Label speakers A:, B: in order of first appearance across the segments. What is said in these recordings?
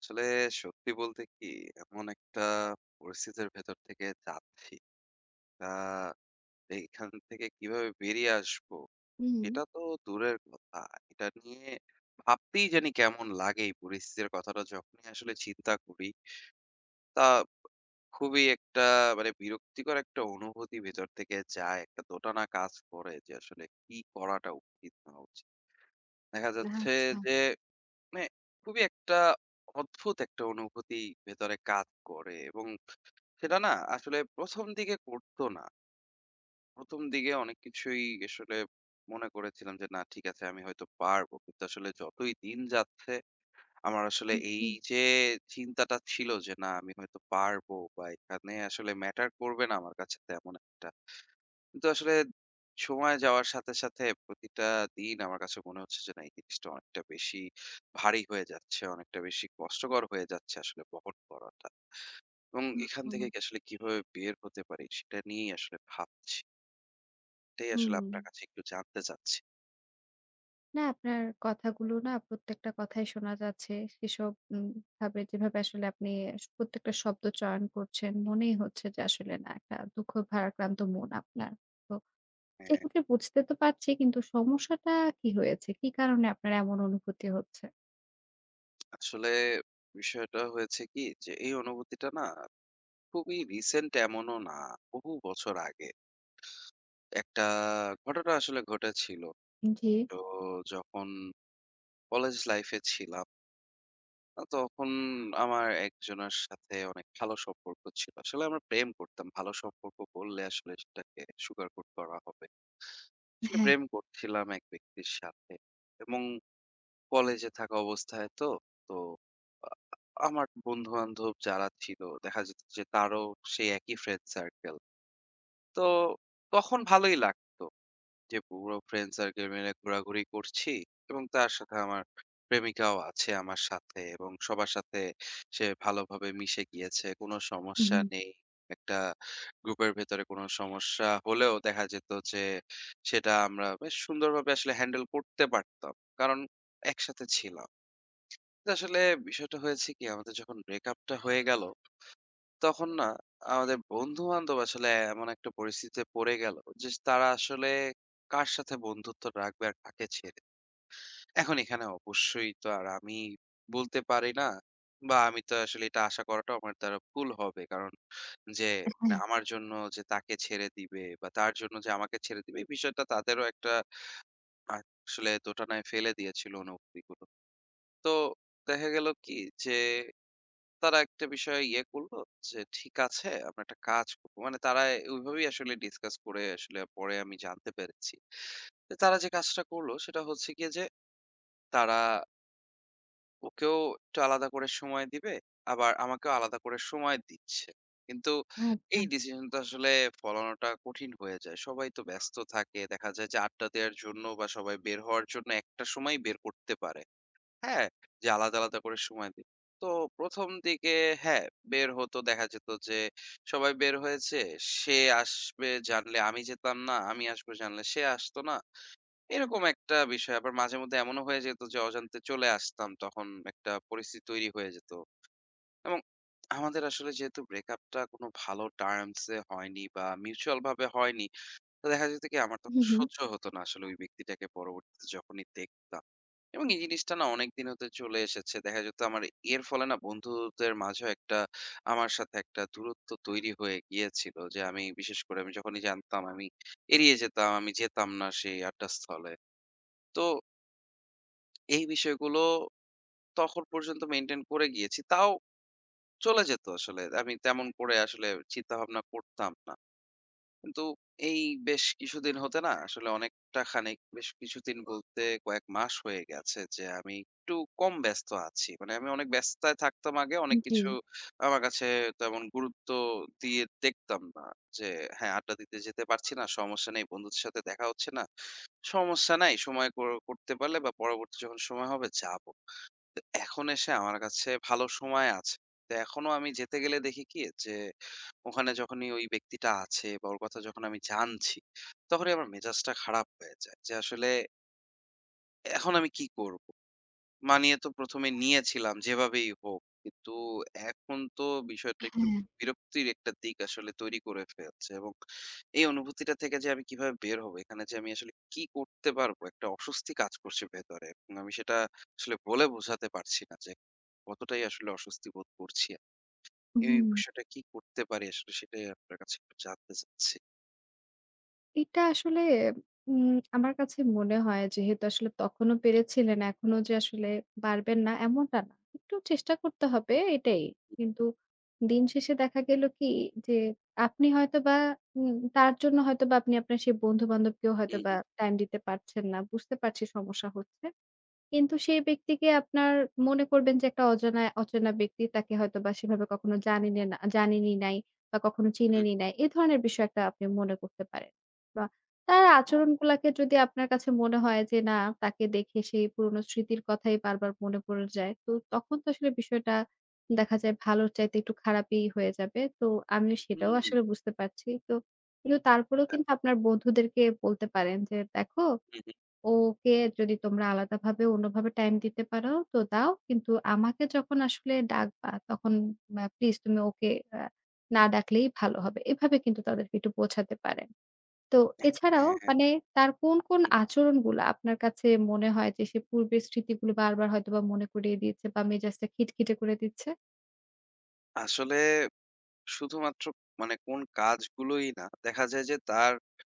A: আসলে সত্যি বলতে কি এমন একটা পরিস্থিতির ভেতর থেকে যাচ্ছি তা এইখান থেকে কিভাবে বেরিয়ে আসবো
B: হুম,
A: এটা তো দূরের কথা, এটা নিয়ে ভাবতেই জানি কেমন লাগে। এই পরিস্থিতির কথাটা যখনই আসলে চিন্তা করি তা খুবই একটা বিরক্তিকর একটা অনুভূতি ভেতর থেকে যায়, একটা দোটানা কাজ করে যে আসলে কি করাটা উচিত না উচিত। দেখা যাচ্ছে
B: আচ্ছা।
A: যে মানে খুবই একটা অদ্ভুত একটা অনুভূতি ভেতরে কাজ করে, এবং সেটা না আসলে ১ম দিকে করতো না। ১ম দিকে অনেক কিছুই আসলে মনে করেছিলাম যে, "না ঠিক আছে আমি হয়তো পারবো।" কিন্তু আসলে যতই দিন যাচ্ছে, আমার আসলে এই
B: জি।
A: যে চিন্তাটা ছিল যে, "না আমি হয়তো পারবো বা এখানে আসলে ম্যাটার করবে না আমার কাছে তেমন একটা।" কিন্তু আসলে সময় যাওয়ার সাথে, সাথে প্রতিটা দিন আমার কাছে মনে হচ্ছে যে, "না এই জিনিসটা অনেকটা বেশি ভারী হয়ে যাচ্ছে, অনেকটা বেশি কষ্টকর হয়ে যাচ্ছে আসলে বহন করাটা।" এবং এখান থেকে
B: ওহো!
A: কি আসলে কিভাবে বের হতে পারি সেটা নিয়েই আসলে ভাবছি। এটাই আসলে
B: হুম।
A: আপনার কাছে একটু জানতে চাচ্ছি।
B: না আপনার কথাগুলো না প্রত্যেকটা কথাই শোনা যাচ্ছে। সেসব ভাবে যেভাবে আসলে আপনি প্রত্যেকটা শব্দ চয়ন করছেন, মনেই হচ্ছে যে আসলে না একটা দুঃখ ভারাক্রান্ত মন আপনার। তো
A: হ্যাঁ,
B: সেক্ষেত্রে বুঝতে তো পারছি কিন্তু সমস্যাটা কি হয়েছে? কি কারণে আপনার এমন অনুভূতি হচ্ছে?
A: আসলে বিষয়টা হয়েছে কি যে এই অনুভূতিটা না খুবই রিসেন্ট এমনও না। বহু বছর আগে একটা ঘটনা আসলে ঘটেছিল।
B: জি।
A: তো যখন কলেজ লাইফে ছিলাম তখন আমার একজনের সাথে অনেক ভালো সম্পর্ক ছিল। আসলে আমরা প্রেম করতাম। ভালো সম্পর্ক বললে আসলে সেটাকে সুগারকোট করা হবে। আসলে
B: হ্যাঁ।
A: প্রেম করছিলাম এক ব্যক্তির সাথে, এবং কলেজে থাকা অবস্থায় তো তো আ- আমার বন্ধু বান্ধব যারা ছিল দেখা যেত যে তারও সেই একই ফ্রেন্ড সার্কেল। তো তখন ভালোই লাগতো যে পুরো ফ্রেন্ড সার্কেল মিলে ঘোরাঘুরি করছি, এবং তার সাথে আমার প্রেমিকাও আছে আমার সাথে, এবং সবার সাথে সে ভালোভাবে মিশে গিয়েছে। কোনো
B: হুম,
A: সমস্যা
B: হুম।
A: নেই। একটা গ্রুপের ভেতরে কোনো সমস্যা হলেও দেখা যেত যে সেটা আমরা বেশ সুন্দরভাবে আসলে হ্যান্ডেল করতে পারতাম। কারণ একসাথে ছিলাম। তো আসলে বিষয়টা হয়েছে কি, আমাদের যখন ব্রেকআপটা হয়ে গেল তখন না আমাদের বন্ধু-বান্ধব আসলে এমন একটা পরিস্থিতিতে পড়ে গেল যে তারা আসলে কার সাথে বন্ধুত্ব রাখবে আর কাকে ছেড়ে। এখন এখানে অবশ্যই তো আর আমি বলতে পারি না, বা আমি তো আসলে এটা আশা করাটাও আমার দ্বারা ভুল হবে। কারণ যে মানে
B: হ্যাঁ।
A: আমার জন্য যে তাকে ছেড়ে দিবে বা তার জন্য যে আমাকে ছেড়ে দিবে এই বিষয়টা তাদেরও একটা আসলে দোটানায় ফেলে দিয়েছিল অনুভূতিগুলো। তো দেখা গেল কি যে তারা একটা বিষয়ে ইয়ে করলো যে ঠিক আছে আমরা একটা কাজ করব। মানে তারা ওইভাবেই আসলে ডিসকাস করে, আসলে পরে আমি জানতে পেরেছি। তো তারা যে কাজটা করলো সেটা হচ্ছে গিয়ে যে তারা ওকেও একটু আলাদা করে সময় দিবে, আবার আমাকেও আলাদা করে সময় দিচ্ছে। কিন্তু
B: আচ্ছা।
A: এই ডিসিশনটা আসলে ফলানোটা কঠিন হয়ে যায়। সবাই তো ব্যস্ত থাকে। দেখা যায় যে আড্ডা দেওয়ার জন্য বা সবাই বের হওয়ার জন্য একটা সময় বের করতে পারে। হ্যাঁ, যে আলাদা, আলাদা করে সময় দিই। তো ১ম দিকে হ্যাঁ, বের হতো, দেখা যেত যে সবাই বের হয়েছে। সে আসবে জানলে আমি যেতাম না, আমি আসবো জানলে সে আসতো না। এরকম একটা বিষয়। আবার মাঝে মধ্যে এমনও হয়ে যেত যে অজান্তে চলে আসতাম। তখন একটা পরিস্থিতি তৈরি হয়ে যেত। এবং আমাদের আসলে যেহেতু ব্রেকআপটা কোনো ভালো টার্মস এ হয়নি বা মিউচুয়াল ভাবে হয়নি। তো দেখা যেত কি আমার তখন
B: হুম, হুম।
A: সহ্য হতো না আসলে ওই ব্যক্তিটাকে পরবর্তীতে যখনই দেখতাম। এবং এই জিনিসটা না অনেকদিন হতে চলে এসেছে। দেখা যেত আমার এর ফলে না বন্ধুদের মাঝেও একটা আমার সাথে একটা দূরত্ব তৈরি হয়ে গিয়েছিল যে আমি, বিশেষ করে আমি যখনই জানতাম, আমি এড়িয়ে যেতাম, আমি যেতাম না সেই আড্ডাস্থলে। তো এই বিষয়গুলো তখন পর্যন্ত মেইনটেইন করে গিয়েছি। তাও চলে যেত আসলে। আমি তেমন করে আসলে চিন্তাভাবনা করতাম না। কিন্তু এই বেশ কিছুদিন হতে না, আসলে অনেকটা খানিক, বেশ কিছুদিন বলতে কয়েক মাস হয়ে গেছে যে আমি একটু কম ব্যস্ত আছি। মানে আমি অনেক ব্যস্ততায় থাকতাম আগে। অনেক
B: জি।
A: কিছু আমার কাছে তেমন গুরুত্ব দিয়ে দেখতাম না। যে হ্যাঁ, আড্ডা দিতে যেতে পারছি না, সমস্যা নেই। বন্ধুদের সাথে দেখা হচ্ছে না, সমস্যা নাই। সময় কর করতে পারলে বা পরবর্তী যখন সময় হবে যাব। তো এখন এসে আমার কাছে ভালো সময় আছে। তো এখনো আমি যেতে গেলে দেখি কি যে, ওখানে যখনই ওই ব্যক্তিটা আছে বা ওর কথা যখন আমি জানছি, তখনই আমার মেজাজটা খারাপ হয়ে যায়। যে আসলে এখন আমি কি করব? মানিয়ে তো ১ম এ নিয়েছিলাম যেভাবেই হোক। কিন্তু এখন তো বিষয়টা একটু
B: হ্যাঁ।
A: বিরক্তির একটা দিক আসলে তৈরি করে ফেলছে, এবং এই অনুভূতিটা থেকে যে আমি কিভাবে বের হব, এখানে যে আমি আসলে কি করতে পারবো? একটা অস্বস্তি কাজ করছে ভেতরে। এবং আমি সেটা আসলে বলে বোঝাতে পারছি না যে কতটাই আসলে অস্বস্তি বোধ করছি আমি। এই
B: হুম।
A: বিষয়টা কি করতে পারি আসলে, সেটাই আপনার কাছে একটু জানতে চাচ্ছি।
B: এটা আসলে উম আমার কাছে মনে হয় যেহেতু আসলে তখনও পেরেছিলেন, এখনো যে আসলে পারবেন না এমনটা না। একটু চেষ্টা করতে হবে এটাই। কিন্তু দিন শেষে দেখা গেল কি যে আপনি হয়তোবা তার জন্য হয়তোবা আপনি আপনার সেই বন্ধু-বান্ধবকেও
A: হুম,
B: হয়তোবা
A: হুম,
B: টাইম দিতে পারছেন না। বুঝতে পারছি সমস্যা হচ্ছে। কিন্তু সেই ব্যক্তিকে আপনার মনে করবেন যে একটা অজানা অচেনা ব্যক্তি, তাকে হয়তোবা সেভাবে কখনো জানিনে না জানেনই নাই বা কখনো
A: হুম।
B: চিনেনই নাই। এ ধরনের বিষয় একটা আপনি মনে করতে পারেন। বা তার আচরণগুলাকে যদি আপনার কাছে মনে হয় যে না, তাকে দেখে সেই পুরনো স্মৃতির কথাই বারবার মনে পড়ে যায়। তো তখন তো আসলে বিষয়টা দেখা যায় ভালোর চাইতে একটু খারাপই হয়ে যাবে। তো আমি
A: হুম,
B: সেটাও
A: হুম,
B: আসলে বুঝতে পারছি। তো কিন্তু তারপরেও
A: হ্যাঁ,
B: কিন্তু আপনার বন্ধুদেরকে বলতে পারেন যে, "দেখো
A: হুম, হুম।
B: ওকে যদি তোমরা আলাদাভাবে অন্যভাবে টাইম দিতে পারো তো দাও। কিন্তু আমাকে যখন আসলে ডাকবা তখন প্লিজ তুমি ওকে আ না ডাকলেই ভালো হবে। এভাবে কিন্তু তাদেরকে একটু বোঝাতে পারেন। তো এছাড়াও
A: হ্যাঁ,
B: মানে তার কোন, কোন
A: হুম।
B: আচরণগুলা আপনার কাছে মনে হয় যে সে পূর্বের স্মৃতিগুলো বারবার হয়তোবা মনে করিয়ে দিয়েছে বা মেজাজটা খিটখিটে করে দিচ্ছে?
A: আসলে শুধুমাত্র কোন কাজগুলোই না, দেখা যায় যে তার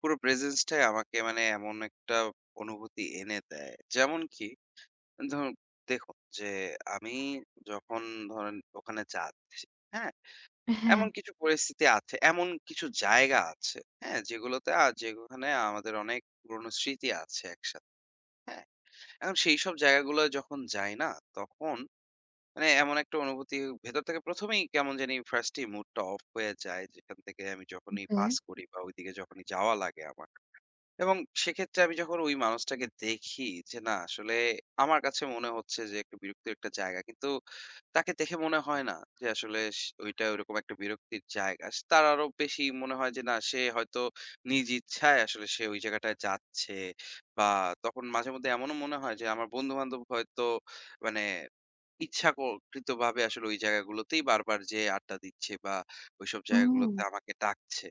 A: পুরো প্রেজেন্স টাই আমাকে, মানে এমন একটা অনুভূতি এনে দেয়। যেমন কি ধরুন, দেখুন যে আমি যখন ধরেন ওখানে যাচ্ছি, হ্যাঁ?
B: হ্যাঁ,
A: এমন কিছু পরিস্থিতি আছে, এমন কিছু জায়গা আছে, হ্যাঁ? যেগুলোতে যেখানে আমাদের অনেক পুরনো স্মৃতি আছে একসাথে, হ্যাঁ? এখন সেইসব জায়গাগুলো যখন যাই না, তখন মানে এমন একটা অনুভূতি ভেতর থেকে প্রথমেই কেমন জানি ফার্স্টই মুডটা অফ হয়ে যায় যেখান থেকে আমি যখনই
B: ওকে।
A: পাস করি বা ওইদিকে যখনই যাওয়া লাগে আমার। এবং সেক্ষেত্রে আমি যখন ওই মানুষটাকে দেখি যে না আসলে আমার কাছে মনে হচ্ছে যে একটু বিরক্তির একটা জায়গা, কিন্তু তাকে দেখে মনে হয় না যে আসলে ওইটা ওইরকম একটা বিরক্তির জায়গা। তার আরো বেশি মনে হয় যে না সে হয়তো নিজ ইচ্ছায় আসলে সে ওই জায়গাটায় যাচ্ছে, বা তখন মাঝে মধ্যে এমনও মনে হয় যে আমার বন্ধু বান্ধব হয়তো মানে ইচ্ছাককৃতভাবে আসলে ওই জায়গাগুলোতেই বারবার যেয়ে আড্ডা দিচ্ছে, বা ওইসব
B: হুম।
A: জায়গাগুলোতে আমাকে ডাকছে।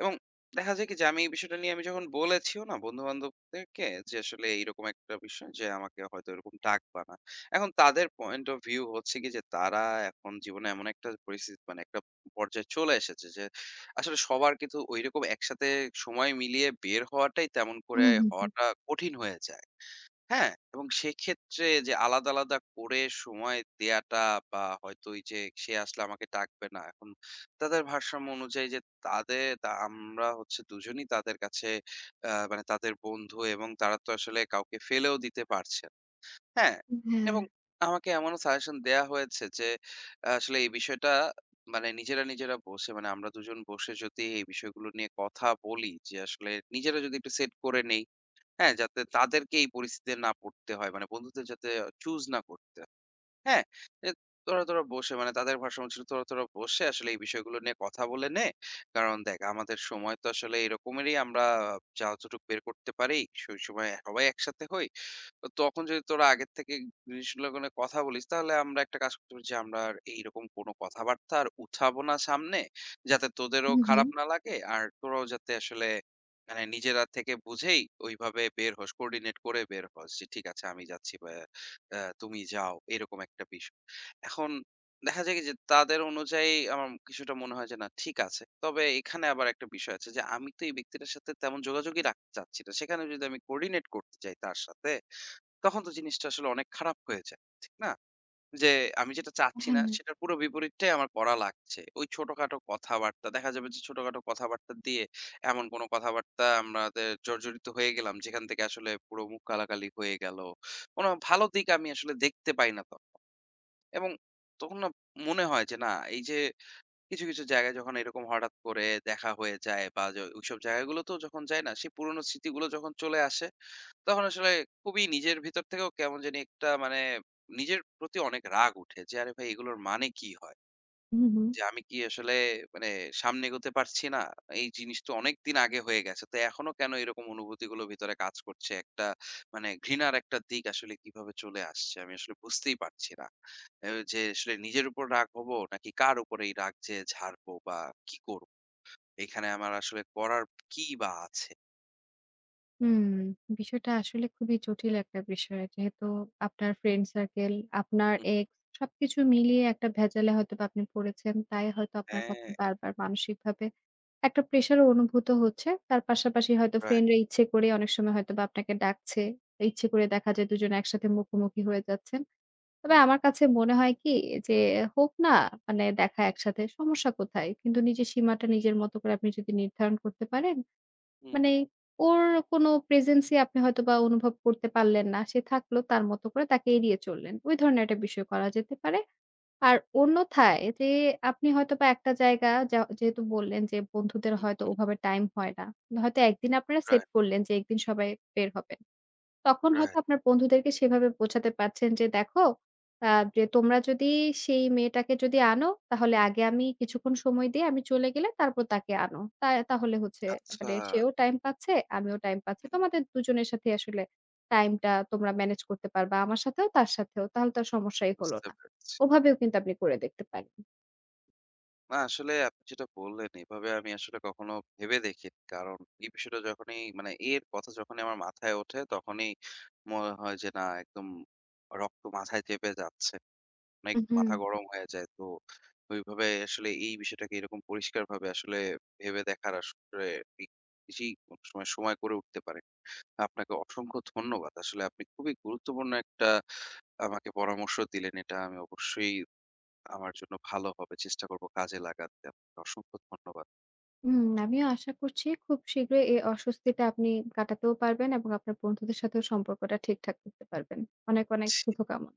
A: এবং দেখা যায় কি যে আমি এই বিষয়টা নিয়ে যখন বলেছিও না বন্ধু-বান্ধবদেরকে যে আসলে এইরকম একটা বিষয় যে আমাকে হয়তো এরকম ডাকবা না। এখন তাদের পয়েন্ট অফ ভিউ হচ্ছে কি যে তারা এখন জীবনে এমন একটা পরিস্থিতি, মানে একটা পর্যায়ে চলে এসেছে যে আসলে সবার কিন্তু ঐরকম একসাথে সময় মিলিয়ে বের হওয়াটাই, তেমন করে
B: হুম, হুম, হুম।
A: হওয়াটা কঠিন হয়ে যায়। হ্যাঁ, এবং সেক্ষেত্রে যে আলাদা, আলাদা করে সময় দেয়াটা, বা হয়তো এই যে সে আসলে আমাকে ডাকবে না। এখন তাদের ভারসাম্য অনুযায়ী যে তাদের তা আমরা হচ্ছে দুজনই তাদের কাছে মানে তাদের বন্ধু, এবং তারা তো আসলে কাউকে ফেলেও দিতে পারছে না। হ্যাঁ?
B: হ্যাঁ।
A: এবং আমাকে এমনও সাজেশন দেয়া হয়েছে যে আসলে এই বিষয়টা, মানে নিজেরা, নিজেরা বসে, মানে আমরা দুজন বসে যদি এই বিষয়গুলো নিয়ে কথা বলি, যে আসলে নিজেরা যদি একটু সেট করে নেই, হ্যাঁ, যাতে তাদেরকে এই পরিস্থিতিতে না পড়তে হয়। মানে বন্ধুদের যাতে চুজ না করতে হয়। হ্যাঁ? এ তোরা, তোরা বসে, মানে তাদের ভারসাম্য ছিল তোরা, তোরা বসে আসলে এই বিষয়গুলো নিয়ে কথা বলে নে। কারণ দেখ আমাদের সময় তো আসলে এরকমেরই, আমরা যা যতটুকু বের করতে পারি সেই সময় সবাই একসাথে হই। তো তখন যদি তোরা আগের থেকে জিনিসগুলো কোনো কথা বলিস, তাহলে আমরা একটা কাজ করতে পারি যে, আমরা আর এইরকম কোনো কথাবার্তা আর উঠাবো না সামনে। যাতে তোদেরও
B: হুম, হুম।
A: খারাপ না লাগে। আর তোরাও যাতে আসলে নিজেরা থেকে বুঝেই ওইভাবে বের হোস, কোঅর্ডিনেট করে বের হোস যে, "ঠিক আছে, আমি যাচ্ছি বা তুমি যাও।" এরকম একটা বিষয়। এখন দেখা যায় কি যে, তাদের অনুযায়ী আমার কিছুটা মনে হয় যে, না ঠিক আছে। তবে এখানে আবার একটা বিষয় আছে যে, আমি তো এই ব্যক্তিটার সাথে তেমন যোগাযোগই রাখতে চাচ্ছি না। সেখানে যদি আমি কোঅর্ডিনেট করতে যাই তার সাথে, তখন তো জিনিসটা আসলে অনেক খারাপ হয়ে যায়। ঠিক না? যে আমি যেটা চাচ্ছি
B: হ্যাঁ,
A: না সেটার পুরো বিপরীতটাই আমার করা লাগছে। ওই ছোটখাটো কথাবার্তা, দেখা যাবে যে ছোটখাটো কথাবার্তা দিয়ে এমন কোনো কথাবার্তা আমাদের জর্জরিত হয়ে গেলাম যেখান থেকে আসলে পুরো মুখ কালাকালি হয়ে গেল। কোনো ভালো দিক আমি আসলে দেখতে পাই না তখন। এবং তখন না মনে হয় যে না এই যে কিছু, কিছু জায়গায় যখন এরকম হঠাৎ করে দেখা হয়ে যায় বা ওইসব জায়গাগুলোতেও যখন যাই না, সেই পুরনো স্মৃতিগুলো যখন চলে আসে, তখন আসলে খুবই নিজের ভিতর থেকেও কেমন জানি একটা, মানে নিজের প্রতি অনেক রাগ উঠে যে আরে ভাই এগুলোর মানে কি হয়?
B: হুম, হুম।
A: যে আমি কি আসলে মানে সামনে এগোতে পারছি না? এই জিনিস তো অনেকদিন আগে হয়ে গেছে। তো এখনো কেন এরকম অনুভূতিগুলো ভিতরে কাজ করছে? একটা মানে ঘৃণার একটা দিক আসলে কিভাবে চলে আসছে আমি আসলে বুঝতেই পারছি না। এ যে আসলে নিজের উপর রাগ হবো নাকি কার উপর এই রাগ যে ঝাড়বো, বা কি করব? এখানে আমার আসলে করার কি বা আছে?
B: হুম, বিষয়টা আসলে খুবই জটিল একটা বিষয়। যেহেতু আপনার ফ্রেন্ড সার্কেল, আপনার
A: হু,
B: এক্স সবকিছু মিলিয়ে একটা ভেজালে হয়তোবা আপনি পড়েছেন। তাই হয়তো আপনার
A: হ্যাঁ,
B: কাছে বারবার মানসিকভাবে একটা প্রেশারও অনুভূত হচ্ছে। তার পাশাপাশি হয়তো
A: রাইট।
B: ফ্রেন্ডরা ইচ্ছে করে অনেক সময় হয়তোবা আপনাকে ডাকছে। ইচ্ছে করে দেখা যায় দুজনে একসাথে মুখোমুখি হয়ে যাচ্ছেন। তবে
A: হুম,
B: আমার কাছে মনে হয় কি যে হোক না মানে দেখা একসাথে সমস্যা কোথায়? কিন্তু নিজের সীমাটা নিজের মতো করে আপনি যদি নির্ধারণ করতে পারেন
A: হুম,
B: মানে
A: হুম,
B: ওর কোনো প্রেজেন্স ই আপনি হয়তোবা অনুভব করতে পারলেন না। সে থাকলো তার মতো করে তাকে এড়িয়ে চললেন। ওই ধরনের একটা বিষয় করা যেতে পারে। আর অন্যথায় যে আপনি হয়তোবা একটা জায়গা যা যেহেতু বললেন যে বন্ধুদের
A: হুম,
B: হয়তো
A: হুম,
B: ওভাবে টাইম হয় না। হয়তো একদিন আপনারা সেট
A: রাইট।
B: করলেন যে একদিন সবাই বের হবে। তখন হয়তো
A: রাইট।
B: আপনার বন্ধুদেরকে সেভাবে বোঝাতে পারছেন যে, "দেখো, আ যে তোমরা যদি সেই মেয়েটাকে যদি আনো, তাহলে আগে আমি কিছুক্ষণ সময় দিয়ে আমি চলে গেলে তারপর তাকে আনো। তা তাহলে হচ্ছে
A: আচ্ছা।
B: মানে সেও টাইম পাচ্ছে, আমিও টাইম পাচ্ছি।
A: হুম।
B: তোমাদের দুজনের সাথে আসলে টাইমটা তোমরা ম্যানেজ করতে পারবা। আমার সাথেও, তার সাথেও। তাহলে তো আর সমস্যাই হলো
A: বুঝতে
B: না।"
A: পেরেছি।
B: ওভাবেও কিন্তু আপনি করে দেখতে পারেন।
A: না আসলে আপনি যেটা বললেন এভাবে আমি আসলে কখনো ভেবে দেখিনি। কারণ এই বিষয়টা যখনই, মানে এর কথা যখনই আমার মাথায় ওঠে তখনই মনে হয় যে না একদম রক্ত মাথায় চেপে যাচ্ছে। অনেক
B: উহু।
A: মাথা গরম হয়ে যায়। তো ওইভাবে আসলে এই বিষয়টাকে এরকম পরিষ্কারভাবে আসলে ভেবে দেখার আসলে ঠিক বেশি সবসময় সময় করে উঠতে পারে। আপনাকে অসংখ্য ধন্যবাদ। আসলে আপনি খুবই গুরুত্বপূর্ণ একটা আমাকে পরামর্শ দিলেন। এটা আমি অবশ্যই আমার জন্য ভালো হবে। চেষ্টা করব কাজে লাগাতে। আপনাকে অসংখ্য ধন্যবাদ।
B: হুম, আমিও আশা করছি খুব শীঘ্রই এই অস্বস্তিটা আপনি কাটাতেও পারবেন এবং আপনার বন্ধুদের সাথেও সম্পর্কটা ঠিকঠাক করতে পারবেন। অনেক, অনেক
A: ছি
B: শুভকামনা।